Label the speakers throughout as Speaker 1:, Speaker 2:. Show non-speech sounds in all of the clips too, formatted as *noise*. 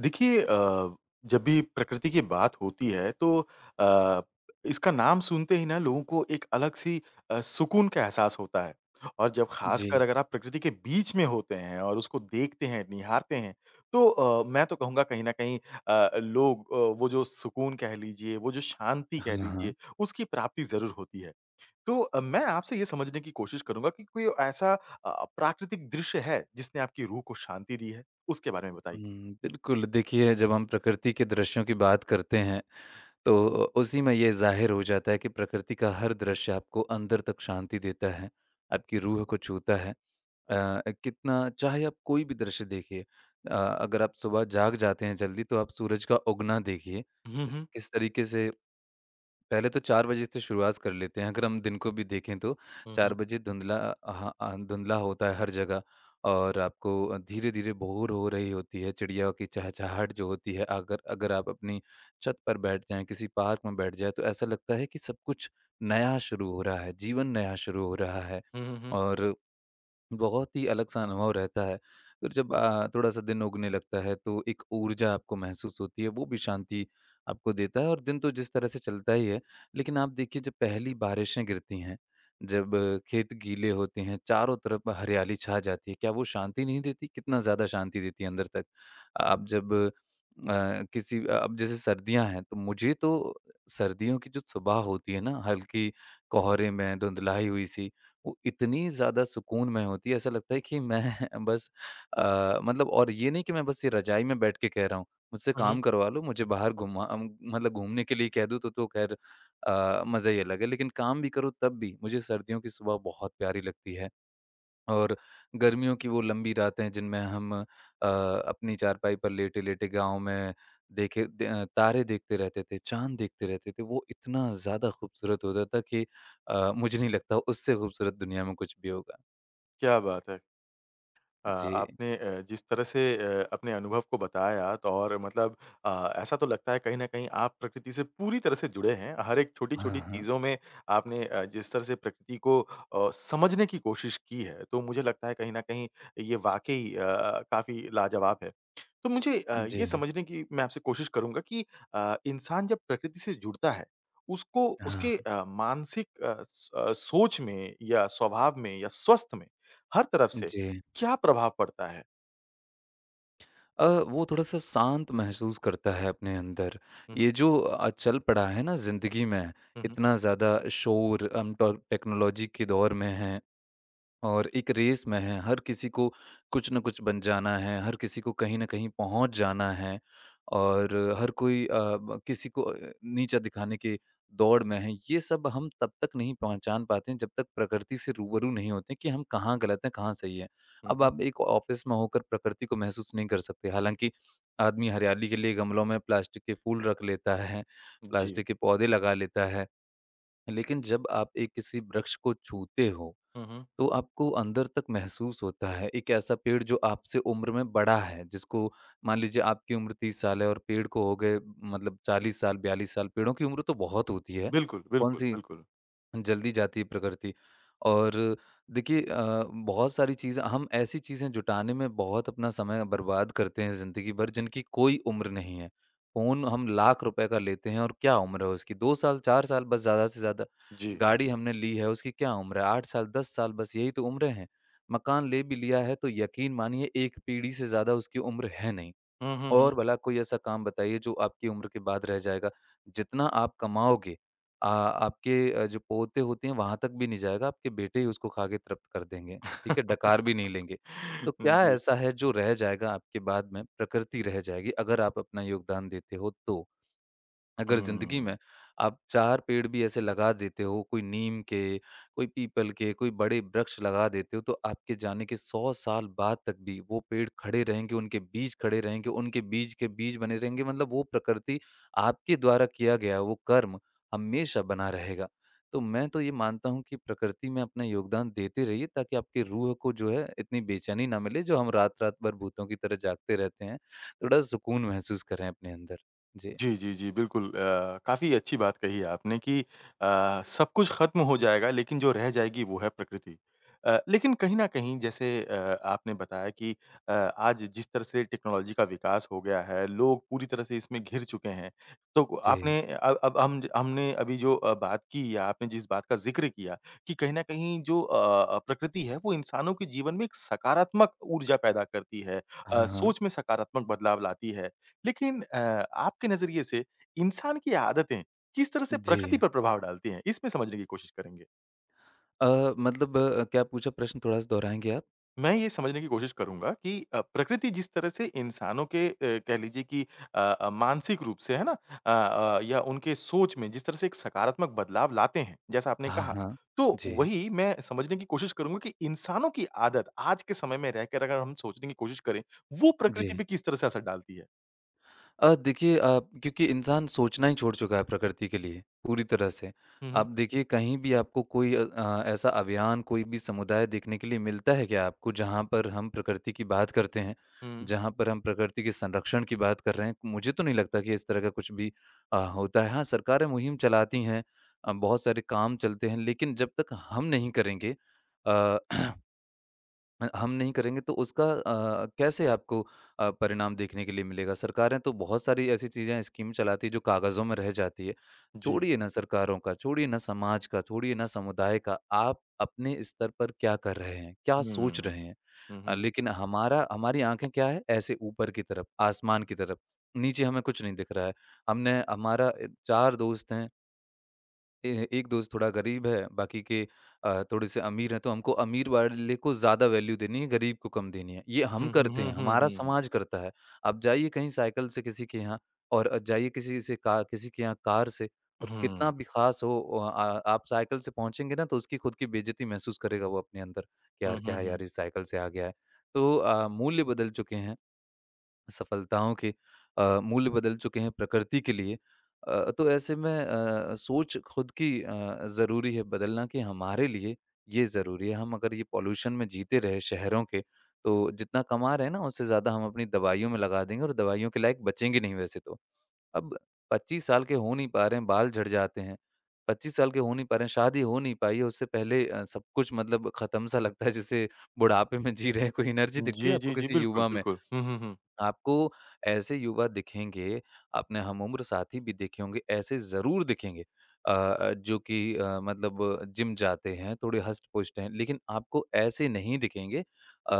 Speaker 1: देखिए जब भी प्रकृति की बात होती है तो अ, इसका नाम सुनते ही ना लोगों को एक अलग-सी सुकून का एहसास होता है और जब ख़ासकर
Speaker 2: जी,
Speaker 1: अगर आप प्रकृति के बीच में होते हैं और उसको देखते हैं, निहारते हैं, तो मैं तो कहूँगा कहीं न कहीं लोग वो जो सुकून कह लीजिए, वो जो शांति कह
Speaker 2: हाँ, हाँ।
Speaker 1: लीजिए, उसकी प्राप्ति ज़रूर होती है। तो मैं आपसे ये समझने की कोशिश करूँगा कि कोई ऐसा प्राकृतिक दृश्य है जिसने आपकी रूह को शांति दी है? उसके बारे में बताइए।
Speaker 2: बिल्कुल देखिए जब हम प्रकृति के दृश्यों की बात करते हैं, तो उसी में ये ज़ाहिर हो जाता है कि प्रकृति का हर दृश्य आपको अंदर तक शांति देता है, आपकी रूह को छूता है। कितना चाहे आप कोई भी दृश्य देखिए। अगर आप सुबह जाग जाते हैं जल्दी तो आप सूरज का उगना देखिए,
Speaker 1: हुँ, हुँ।
Speaker 2: किस तरीके से पहले तो 4 बजे से शुरुआत कर लेते हैं। अगर हम दिन को भी देखें तो
Speaker 1: हुँ,
Speaker 2: 4
Speaker 1: हुँ।
Speaker 2: बजे धुंधला। हाँ, धुंधला होता है हर जगह और आपको धीरे-धीरे भोर हो रही होती है। चिड़िया की चहचहाहट जो होती है, अगर अगर आप अपनी छत पर बैठ जाएँ, किसी पार्क में बैठ जाएँ, तो ऐसा लगता है कि सब कुछ नया शुरू हो रहा है, जीवन नया शुरू हो रहा है।
Speaker 1: हुँ, हुँ, हुँ।
Speaker 2: और बहुत ही अलग-सा अनुभव रहता है। फिर जब थोड़ा-सा दिन उगने लगता है तो एक ऊर्जा आपको महसूस होती है, वो भी शांति आपको देता है और दिन तो जिस तरह से चलता ही है। लेकिन आप देखिए जब पहली बारिशें गिरती हैं, जब खेत गीले होते हैं, चारों तरफ हरियाली छा जाती है, क्या वो शांति नहीं देती? कितना ज़्यादा शांति देती है अंदर तक। आप जब अ, किसी अ, अब जैसे सर्दियाँ हैं तो मुझे तो सर्दियों की जो सुबह होती है ना, हल्की कोहरे में धुंधलाई हुई-सी, वो इतनी ज़्यादा सुकून में होती है, ऐसा लगता है कि मैं *laughs* बस मतलब। और ये नहीं कि मैं बस ये रज़ाई में बैठ के कह रहा हूँ। मुझसे
Speaker 1: हुँ, हुँ।
Speaker 2: काम करवा लो, मुझे बाहर मतलब घूमने के लिए कह दो तो ख़ैर मज़ा ही अलग है। लेकिन काम भी करो तब भी मुझे सर्दियों की सुबह बहुत प्यारी लगती है। और गर्मियों की वो लंबी रातें जिनमें हम अपनी चारपाई पर लेटे-लेटे गाँव में तारे देखते रहते थे, चाँद देखते रहते थे, वो इतना ज़्यादा खूबसूरत होता था कि मुझे नहीं लगता उससे खूबसूरत दुनिया में कुछ भी होगा।
Speaker 1: क्या बात है!
Speaker 2: जी।
Speaker 1: आपने जिस तरह से अपने अनुभव को बताया तो और मतलब ऐसा तो लगता है कहीं न कहीं आप प्रकृति से पूरी तरह से जुड़े हैं। हर एक
Speaker 2: हाँ,
Speaker 1: छोटी-छोटी
Speaker 2: हाँ।
Speaker 1: चीज़ों में आपने जिस तरह से प्रकृति को समझने की कोशिश की है, तो मुझे लगता है कहीं न कहीं ये वाक़ई काफ़ी लाजवाब है। तो मुझे
Speaker 2: जी
Speaker 1: ये
Speaker 2: हाँ।
Speaker 1: समझने की मैं आपसे कोशिश करूँगा कि इंसान जब प्रकृति से जुड़ता है, उसको उसके
Speaker 2: हाँ,
Speaker 1: मानसिक सोच में या स्वभाव में या स्वास्थ्य में हर तरफ से
Speaker 2: जी।
Speaker 1: क्या प्रभाव पड़ता है?
Speaker 2: वो थोड़ा-सा शांत महसूस करता है अपने अंदर।
Speaker 1: हुँ, हुँ।
Speaker 2: ये जो चल पड़ा है ना ज़िंदगी में,
Speaker 1: हुँ, हुँ।
Speaker 2: इतना ज़्यादा शोर हम टो टेक्नोलॉजी के दौर में हैं। और एक रेस में है, हर किसी को कुछ न कुछ बन जाना है, हर किसी को कहीं न कहीं पहुँच जाना है और हर कोई अ, ब किसी को नीचा दिखाने के दौड़ में है। ये सब हम तब तक नहीं पहचान पाते हैं जब तक प्रकृति से रूबरू नहीं होते कि हम कहाँ गलत हैं, कहाँ सही हैं।
Speaker 1: हुँ,
Speaker 2: अब
Speaker 1: हुँ।
Speaker 2: आप एक ऑफ़िस में होकर प्रकृति को महसूस नहीं कर सकते। हालाँकि आदमी हरियाली के लिए गमलों में प्लास्टिक के फूल रख लेता है,
Speaker 1: जी।
Speaker 2: प्लास्टिक के पौधे लगा लेता है, लेकिन जब आप एक किसी वृक्ष को छूते हो
Speaker 1: हुँ, हुँ।
Speaker 2: तो आपको अंदर तक महसूस होता है, एक ऐसा पेड़ जो आपसे उम्र में बड़ा है, जिसको मान लीजिए आपकी उम्र 30 साल है और पेड़ को हो गए मतलब 40 साल, 42 साल। पेड़ों की उम्र तो बहुत होती है,
Speaker 1: बिल्कुल,
Speaker 2: कौन
Speaker 1: बिल्कुल,
Speaker 2: सी
Speaker 1: बिल्कुल।
Speaker 2: जल्दी जाती है प्रकृति। और देखिए बहुत सारी चीज़ें, हम ऐसी चीज़ें जुटाने में बहुत अपना समय बर्बाद करते हैं ज़िंदगी भर, जिनकी कोई उम्र नहीं है। फ़ोन हम लाख रुपए का लेते हैं और क्या उम्र है उसकी? 2 साल, 4 साल बस, ज़्यादा से ज़्यादा।
Speaker 1: जी।
Speaker 2: गाड़ी हमने ली है, उसकी क्या उम्र है? 8 साल, 10 साल, बस यही तो उम्रें हैं। मकान ले भी लिया है तो यकीन मानिए 1 पीढ़ी से ज़्यादा उसकी उम्र है नहीं।
Speaker 1: हुँ, हुँ,
Speaker 2: और
Speaker 1: हुँ।
Speaker 2: भला कोई ऐसा काम बताइए जो आपकी उम्र के बाद रह जाएगा। जितना आप कमाओगे आपके जो पोते होते हैं वहाँ तक भी नहीं जाएगा, आपके बेटे ही उसको खा के तृप्त कर देंगे, ठीक है?
Speaker 1: *laughs*
Speaker 2: डकार भी नहीं लेंगे। तो क्या
Speaker 1: जी।
Speaker 2: ऐसा है जो रह जाएगा आपके बाद में? प्रकृति रह जाएगी अगर आप अपना योगदान देते हो तो। अगर ज़िंदगी
Speaker 1: हुँ।
Speaker 2: में आप 4 पेड़ भी ऐसे लगा देते हो, कोई नीम के, कोई पीपल के, कोई बड़े वृक्ष लगा देते हो, तो आपके जाने के 100 साल बाद तक भी वो पेड़ खड़े रहेंगे, उनके बीज खड़े रहेंगे, उनके बीज के बीज बने रहेंगे, मतलब वो प्रकृति, आपके द्वारा किया गया वो कर्म हमेशा बना रहेगा। तो मैं तो ये मानता हूँ कि प्रकृति में अपना योगदान देते रहिए, ताकि आपकी रूह को जो है, इतनी बेचैनी ना मिले, जो हम रात-रात भर भूतों की तरह जागते रहते हैं। थोड़ा सुकून महसूस करें अपने अंदर। जी।
Speaker 1: जी, जी, जी, बिल्कुल काफ़ी अच्छी बात कही है आपने कि सब कुछ खत्म हो जाएगा लेकिन जो रह जाएगी वो है प्रकृति। लेकिन कहीं न कहीं जैसे आपने बताया कि आज जिस तरह से टेक्नोलॉजी का विकास हो गया है, लोग पूरी तरह से इसमें घिर चुके हैं। तो
Speaker 2: जी।
Speaker 1: आपने अब हम हमने अभी जो बात की या आपने जिस बात का ज़िक्र किया कि कहीं न कहीं जो प्रकृति है वो इंसानों के जीवन में एक सकारात्मक ऊर्जा पैदा करती है।
Speaker 2: हाँ, हाँ।
Speaker 1: सोच में सकारात्मक बदलाव लाती है। लेकिन आपके नज़रिए से इंसान की आदतें किस तरह से
Speaker 2: जी।
Speaker 1: प्रकृति पर प्रभाव डालती हैं? इसमें समझने की कोशिश करेंगे।
Speaker 2: अ, मतलब, क्या पूछा प्रश्न थोड़ा-सा दोहराएँगे आप?
Speaker 1: मैं ये समझने की कोशिश करूँगा कि प्रकृति जिस तरह से इंसानों के कह लीजिए कि मानसिक रूप से है ना? अ या उनके सोच में जिस तरह से एक सकारात्मक बदलाव लाते हैं, जैसा आपने
Speaker 2: हाँ,
Speaker 1: कहा।
Speaker 2: हाँ।
Speaker 1: तो
Speaker 2: जी,
Speaker 1: वही मैं समझने की कोशिश करूँगा कि इंसानों की आदत आज के समय में रहकर अगर हम सोचने की कोशिश करें, वो
Speaker 2: जी।
Speaker 1: प्रकृति पे किस तरह से असर डालती है?
Speaker 2: देखिए, क्योंकि इंसान सोचना ही छोड़ चुका है प्रकृति के लिए, पूरी तरह से।
Speaker 1: हुँ, हुँ।
Speaker 2: आप देखिए कहीं भी आपको कोई ऐसा अभियान, कोई भी समुदाय देखने के लिए मिलता है क्या आपको, जहाँ पर हम प्रकृति की बात करते हैं,
Speaker 1: हुँ।
Speaker 2: जहाँ पर हम प्रकृति के संरक्षण की बात कर रहे हैं? मुझे तो नहीं लगता कि इस तरह का कुछ भी होता है। हाँ, सरकारें मुहिम चलाती हैं, बहुत सारे काम चलते हैं, लेकिन जब तक हम नहीं करेंगे अ *clears throat* हम नहीं करेंगे तो उसका कैसे आपको परिणाम देखने के लिए मिलेगा? सरकारें तो बहुत सारी ऐसी चीज़ें, स्कीम चलाती है जो कागज़ों में रह जाती है।
Speaker 1: जी।
Speaker 2: छोड़िए ना सरकारों का, छोड़िए ना समाज का, छोड़िए ना समुदाय का, आप अपने स्तर पर क्या कर रहे हैं? क्या सोच रहे
Speaker 1: हुँ।
Speaker 2: हैं?
Speaker 1: हुँ, हुँ।
Speaker 2: लेकिन हमारा हमारी आँखें क्या है? ऐसे ऊपर की तरफ, आसमान की तरफ, नीचे हमें कुछ नहीं दिख रहा है। हमने हमारा 4 दोस्त हैं। ए एक दोस्त थोड़ा गरीब है, बाकी के थोड़े से अमीर हैं, तो हमको अमीर वाले को ज़्यादा वैल्यू देनी है, गरीब को कम देनी है। ये हम
Speaker 1: हुँ, हुँ,
Speaker 2: करते
Speaker 1: हुँ,
Speaker 2: हैं,
Speaker 1: हुँ,
Speaker 2: हमारा
Speaker 1: हुँ।
Speaker 2: समाज करता है। आप जाइए कहीं साइकिल से किसी के यहाँ और जाइए किसी के यहाँ कार से, और कितना
Speaker 1: हुँ।
Speaker 2: भी ख़ास हो अ, आ आप साइकिल से पहुँचेंगे ना, तो उसकी खुद की बेइज़्ज़ती महसूस करेगा वो अपने अंदर कि
Speaker 1: हुँ,
Speaker 2: यार,
Speaker 1: हुँ,
Speaker 2: क्या है
Speaker 1: हुँ।
Speaker 2: यार, इस साइकिल से आ गया है। तो मूल्य बदल चुके हैं। सफलताओं के मूल्य बदल चुके हैं प्रकृति के लिए। तो ऐसे में सोच खुद की ज़रूरी है बदलना, कि हमारे लिए ये ज़रूरी है। हम अगर ये पॉल्यूशन में जीते रहे शहरों के, तो जितना कमा रहे हैं ना, उससे ज़्यादा हम अपनी दवाइयों में लगा देंगे, और दवाइयों के लायक बचेंगे नहीं वैसे तो। अब 25 साल के हो नहीं पा रहे हैं, बाल झड़ जाते हैं। 25 साल के हो नहीं पा रहे हैं, शादी हो नहीं पाई है, उससे पहले सब कुछ मतलब ख़त्म-सा लगता है, जैसे बुढ़ापे में जी रहे हैं। कोई एनर्जी दिखती है
Speaker 1: जी,
Speaker 2: आपको
Speaker 1: जी, जी,
Speaker 2: किसी
Speaker 1: बिल्कुल,
Speaker 2: युवा में?
Speaker 1: बिल्कुल। हुँ, हुँ, हुँ।
Speaker 2: आपको ऐसे युवा दिखेंगे, अपने हमउम्र साथी भी देखे होंगे, ऐसे ज़रूर दिखेंगे जो कि मतलब जिम जाते हैं, थोड़े हष्ट-पुष्ट हैं, लेकिन आपको ऐसे नहीं दिखेंगे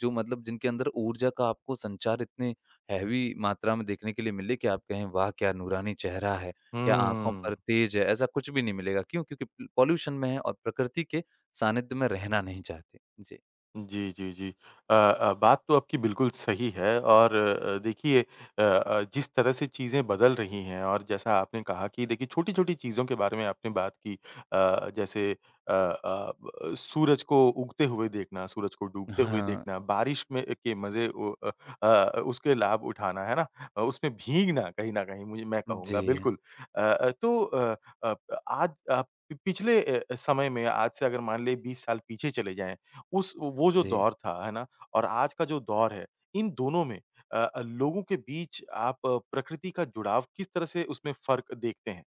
Speaker 2: जो मतलब जिनके अंदर ऊर्जा का आपको संचार इतने हैवी मात्रा में देखने के लिए मिले कि आप कहें, "वाह! क्या नूरानी चेहरा है, क्या आँखों
Speaker 1: हुँ।
Speaker 2: पर तेज है।" ऐसा कुछ भी नहीं मिलेगा, क्यों? क्योंकि प पॉल्यूशन में हैं और प्रकृति के सानिध्य में रहना नहीं चाहते। जी।
Speaker 1: जी, जी, जी। बात तो आपकी बिल्कुल सही है और देखिए जिस तरह से चीज़ें बदल रही हैं और जैसा आपने कहा कि देखिए छोटी-छोटी चीज़ों के बारे में आपने बात की जैसे अ अ, ब सूरज को उगते हुए देखना, सूरज को डूबते हुए
Speaker 2: हाँ।
Speaker 1: देखना, बारिश में के मज़े उसके लाभ उठाना, है ना? उसमें भीगना कहीं न कहीं मुझे मैं
Speaker 2: जी,
Speaker 1: कहूँगा बिल्कुल। तो अप आज आप पिछले समय में आज से अगर मान लें 20 साल पीछे चले जाएँ उस वो जो
Speaker 2: जी।
Speaker 1: दौर था, है ना? और आज का जो दौर है, इन दोनों में लोगों के बीच आप प्रकृति का जुड़ाव किस तरह से उसमें फ़र्क देखते हैं?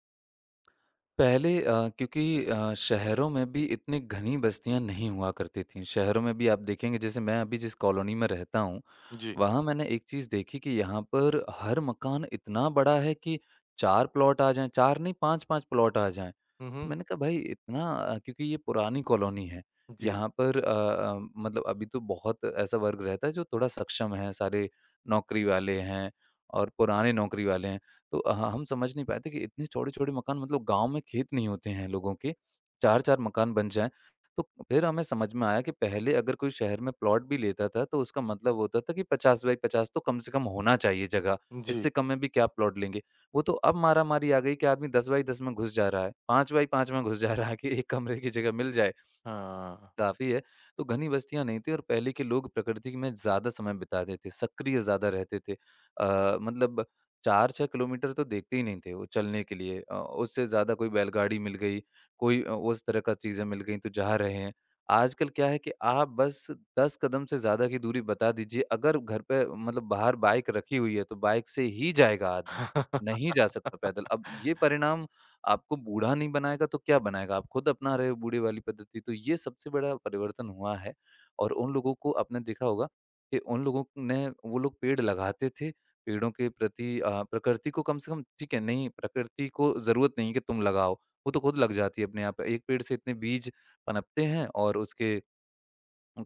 Speaker 2: पहले क्योंकि शहरों में भी इतनी घनी बस्तियां नहीं हुआ करती थीं। शहरों में भी आप देखेंगे, जैसे मैं अभी जिस कॉलोनी में रहता हूँ,
Speaker 1: जी।
Speaker 2: वहाँ मैंने एक चीज़ देखी कि यहाँ पर हर मकान इतना बड़ा है कि 4 प्लॉट आ जाएँ, 4 नहीं 5-5 प्लॉट आ जाएँ।
Speaker 1: हुँ,
Speaker 2: तो
Speaker 1: हुँ।
Speaker 2: मैंने कहा भाई इतना, क्योंकि ये पुरानी कॉलोनी है,
Speaker 1: जी।
Speaker 2: यहाँ पर मतलब, अभी तो बहुत ऐसा वर्ग रहता है जो थोड़ा सक्षम है, सारे नौकरी वाले हैं, और पुराने नौकरी वाले हैं। तो अ, ह हम समझ नहीं पाए थे कि इतने छोटे-छोटे मकान, मतलब गाँव में खेत नहीं होते हैं लोगों के, 4-4 मकान बन जाएँ। तो फिर हमें समझ में आया कि पहले अगर कोई शहर में प्लॉट भी लेता था तो उसका मतलब होता था कि 50 बाई 50 तो कम से कम होना चाहिए जगह,
Speaker 1: जी।
Speaker 2: इससे कम में भी क्या प्लॉट लेंगे। वो तो अब मारामारी आ गई कि आदमी 10 बाई 10 में घुस जा रहा है, 5 बाई 5 में घुस जा रहा है कि 1 कमरे की जगह मिल जाए।
Speaker 1: हाँ।
Speaker 2: काफ़ी है, तो घनी बस्तियाँ नहीं थी, और पहले के लोग प्रकृति में ज़्यादा समय बिताते थे, सक्रिय ज़्यादा रहते थे। मतलब, 4-6 किलोमीटर तो देखते ही नहीं थे वो चलने के लिए, उससे ज़्यादा कोई बैलगाड़ी मिल गई, कोई उस तरह का चीज़ें मिल गई तो जा रहे हैं। आजकल क्या है कि आप बस 10 कदम से ज़्यादा की दूरी बता दीजिए, अगर घर पे मतलब बाहर बाइक रखी हुई है, तो बाइक से ही जाएगा आदमी, नहीं जा सकता पैदल। अब ये परिणाम आपको बूढ़ा नहीं बनाएगा तो क्या बनाएगा? आप खुद अपना रहे हो बूढ़े वाली पद्धति, तो ये सबसे बड़ा परिवर्तन हुआ है। और उन लोगों को आपने देखा होगा कि उन लोगों ने वो लोग पेड़ लगाते थे, पेड़ों के प्रति प्रकृति को कम से कम ठीक है, नहीं प्रकृति को ज़रूरत नहीं है कि तुम लगाओ, वो तो खुद लग जाती है अपने आप। एक पेड़ से इतने बीज पनपते हैं और उसके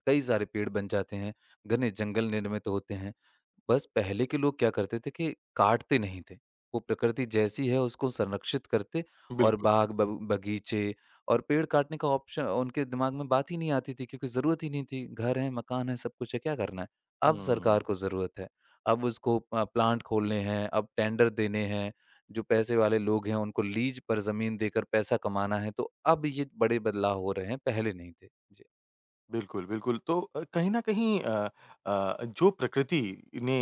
Speaker 2: कई सारे पेड़ बन जाते हैं, घने जंगल निर्मित होते हैं। बस पहले के लोग क्या करते थे कि काटते नहीं थे। वो प्रकृति जैसी है उसको संरक्षित करते और
Speaker 1: बिल्कुल।
Speaker 2: बाग ब बगीचे और पेड़ काटने का ऑप्शन उनके दिमाग में बात ही नहीं आती थी क्योंकि ज़रूरत ही नहीं थी। घर है, मकान है, सब कुछ है, क्या करना है? अब
Speaker 1: हुँ।
Speaker 2: सरकार को ज़रूरत है। अब उसको प्लांट खोलने हैं, अब टेंडर देने हैं, जो पैसे वाले लोग हैं उनको लीज पर ज़मीन देकर पैसा कमाना है। तो अब ये बड़े बदलाव हो रहे हैं, पहले नहीं थे। जी।
Speaker 1: बिल्कुल, बिल्कुल। तो कहीं न कहीं जो प्रकृति ने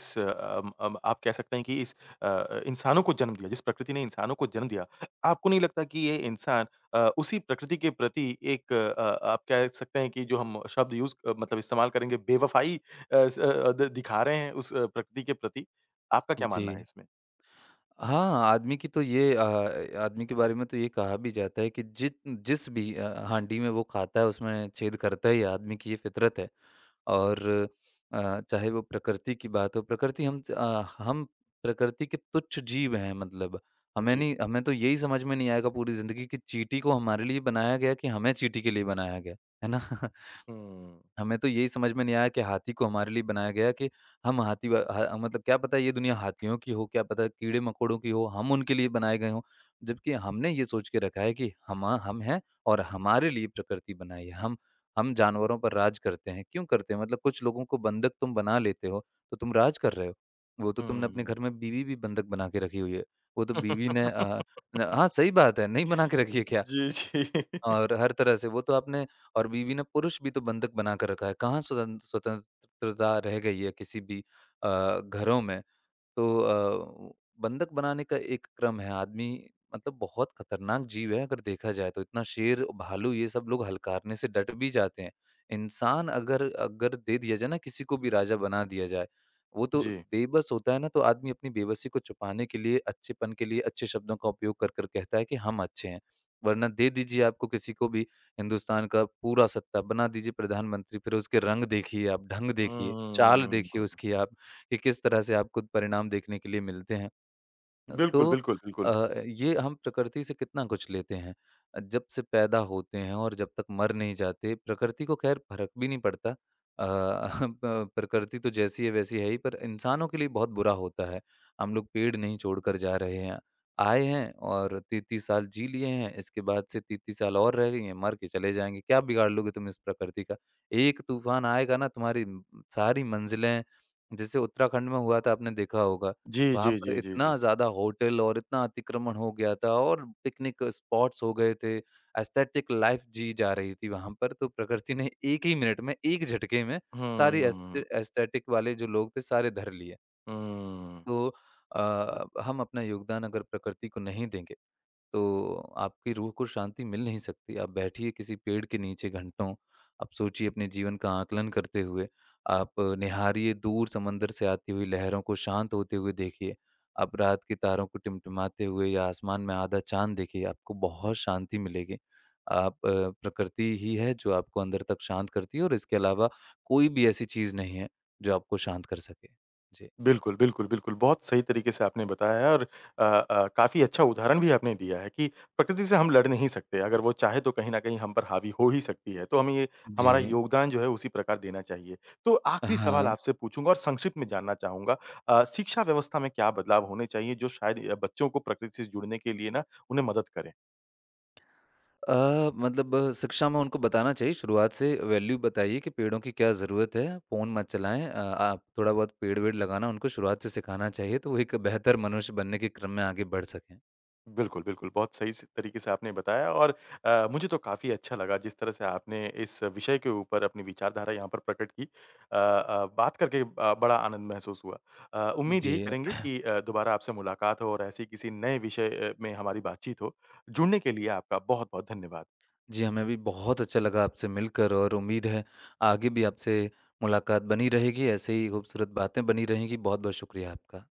Speaker 1: आप कह सकते हैं कि इस इंसानों को जन्म दिया, जिस प्रकृति ने इंसानों को जन्म दिया, आपको नहीं लगता कि ये इंसान उसी प्रकृति के प्रति एक आप कह सकते हैं कि जो हम शब्द यूज़ अ, मतलब इस्तेमाल करेंगे बेवफ़ाई अ, स अ, द दिखा रहे हैं उस प्रकृति के प्रति? आपका क्या मानना है
Speaker 2: जी।
Speaker 1: इसमें?
Speaker 2: हाँ, आदमी की तो ये आदमी के बारे में तो ये कहा भी जाता है कि जित जिस भी हांडी में वो खाता है उसमें छेद करता ही है, आदमी की ये फितरत है। और चाहे वो प्रकृति की बात हो, प्रकृति हम च अ, हम प्रकृति के तुच्छ जीव हैं मतलब। हमें
Speaker 1: जी।
Speaker 2: नहीं हमें तो यही समझ में नहीं आएगा पूरी ज़िंदगी कि चींटी को हमारे लिए बनाया गया कि हमें चींटी के लिए बनाया गया, है ना? *laughs*
Speaker 1: हुँ,
Speaker 2: हमें तो यही समझ में नहीं आया कि हाथी को हमारे लिए बनाया गया है कि हम हाथी व ह मतलब क्या पता ये दुनिया हाथियों की हो, क्या पता कीड़े-मकोड़ों की हो, हम उनके लिए बनाए गए हों। जबकि हमने ये सोच के रखा है कि हमा हम हैं और हमारे लिए प्रकृति बनाई है। हम जानवरों पर राज करते हैं। क्यों करते हैं? मतलब कुछ लोगों को बंधक तुम बना लेते हो, तो तुम राज कर रहे हो। वो तो तुमने अपने
Speaker 1: हुँ।
Speaker 2: घर में बीवी भी बंधक बना के रखी हुई है। वो तो बीवी ने
Speaker 1: *laughs*
Speaker 2: न हाँ, सही बात है, नहीं बना के रखी है क्या?
Speaker 1: जी, जी।
Speaker 2: और हर तरह से वो तो आपने और बीवी ने पुरुष भी तो बंधक बना कर रखा है। कहाँ स्वतंत्रता रह गई है किसी भी घरों में। तो बंधक बनाने का एक क्रम है। आदमी मतलब बहुत खतरनाक जीव है अगर देखा जाए तो। इतना शेर, भालू ये सब लोग हलकारने से डट भी जाते हैं। इंसान अगर अगर दे दिया जाए ना किसी को भी राजा बना दिया जाए, वो तो
Speaker 1: जी।
Speaker 2: बेबस होता है ना तो आदमी अपनी बेबसी को छुपाने के लिए, अच्छेपन के लिए अच्छे शब्दों का उपयोग कर कर कहता है कि हम अच्छे हैं। वरना दे दीजिए आपको किसी को भी हिंदुस्तान का पूरा सत्ता, बना दीजिए प्रधानमंत्री, फिर उसके रंग देखिए आप, ढंग देखिए, चाल देखिए
Speaker 1: हुँ।
Speaker 2: उसकी आप। कि किस तरह से आपको परिणाम देखने के लिए मिलते
Speaker 1: बिल्कुल,
Speaker 2: तो
Speaker 1: बिल्कुल,
Speaker 2: अ,
Speaker 1: बिल्कुल।
Speaker 2: ये हम प्रकृति से कितना कुछ लेते हैं। जब से पैदा होते हैं और जब तक मर नहीं जाते, प्रकृति को ख़ैर फ़र्क भी नहीं पड़ता। *laughs* प प्रकृति तो जैसी है वैसी है ही, पर इंसानों के लिए बहुत बुरा होता है। हम लोग पेड़ नहीं छोड़कर जा रहे हैं। आए हैं और 30-30 साल जी लिए हैं, इसके बाद से 30-30 साल और रह गई हैं, मर के चले जाएँगे। क्या बिगाड़ लोगे तुम इस प्रकृति का? एक तूफ़ान आएगा ना सारी मंज़िलें जैसे उत्तराखंड में हुआ था आपने देखा होगा
Speaker 1: जी, जी,
Speaker 2: वहाँ पर
Speaker 1: जी, जी, जी।
Speaker 2: इतना ज़्यादा होटल और इतना अतिक्रमण हो गया था और पिकनिक स्पॉट्स हो गए थे, एस्थेटिक लाइफ़ जी जा रही थी वहाँ पर, तो प्रकृति ने एक ही मिनट में, एक झटके में सारी
Speaker 1: हुँ,
Speaker 2: एस्थेटिक वाले जो लोग थे सारे धर लिए।
Speaker 1: हुँ।
Speaker 2: तो हम अपना योगदान अगर प्रकृति को नहीं देंगे तो आपकी रूह को शांति मिल नहीं सकती। आप बैठिए किसी पेड़ के नीचे घंटों, आप सोचिए अपने जीवन का आकलन करते हुए। आप निहारिए दूर समंदर से आती हुई लहरों को शांत होते हुए देखिए। आप रात के तारों को टिमटिमाते हुए या आसमान में आधा चाँद देखिए, आपको बहुत शांति मिलेगी। आप अ, प्रकृति ही है जो आपको अंदर तक शांत करती है और इसके अलावा कोई भी ऐसी चीज़ नहीं है, जो आपको शांत कर सके। जी।
Speaker 1: बिल्कुल, बिल्कुल, बिल्कुल। बहुत सही तरीके से आपने बताया है और काफ़ी अच्छा उदाहरण भी आपने दिया है कि प्रकृति से हम लड़ नहीं सकते। अगर वो चाहे तो कहीं न कहीं हम पर हावी हो ही सकती है। तो हमें ये हमारा
Speaker 2: जी।
Speaker 1: योगदान जो है उसी प्रकार देना चाहिए। तो आखिरी सवाल
Speaker 2: हाँ।
Speaker 1: आपसे पूछूँगा और संक्षिप्त में जानना चाहूँगा शिक्षा व्यवस्था में क्या बदलाव होने चाहिए जो शायद बच्चों को प्रकृति से जुड़ने के लिए ना उन्हें मदद करें?
Speaker 2: मतलब शिक्षा में उनको बताना चाहिए शुरुआत से वैल्यू बताइए कि पेड़ों की क्या ज़रूरत है, फ़ोन मत चलाएँ आप थोड़ा बहुत पेड़-वेड़ लगाना उनको शुरुआत से सिखाना चाहिए, तो वो एक बेहतर मनुष्य बनने के क्रम में आगे बढ़ सकें।
Speaker 1: बिल्कुल, बिल्कुल। बहुत सही स तरीके से आपने बताया और मुझे तो काफ़ी अच्छा लगा जिस तरह से आपने इस विषय के ऊपर अपनी विचारधारा यहाँ पर प्रकट की। बात करके बड़ा आनंद महसूस हुआ। उम्मीद यही
Speaker 2: जी।
Speaker 1: करेंगे कि दोबारा आपसे मुलाकात हो और ऐसे ही किसी नए विषय में हमारी बातचीत हो। जुड़ने के लिए आपका बहुत-बहुत धन्यवाद।
Speaker 2: जी, हमें भी बहुत अच्छा लगा आपसे मिलकर और उम्मीद है आगे भी आपसे मुलाकात बनी रहेगी, ऐसे ही खूबसूरत बातें बनी रहेंगी। बहुत-बहुत शुक्रिया आपका।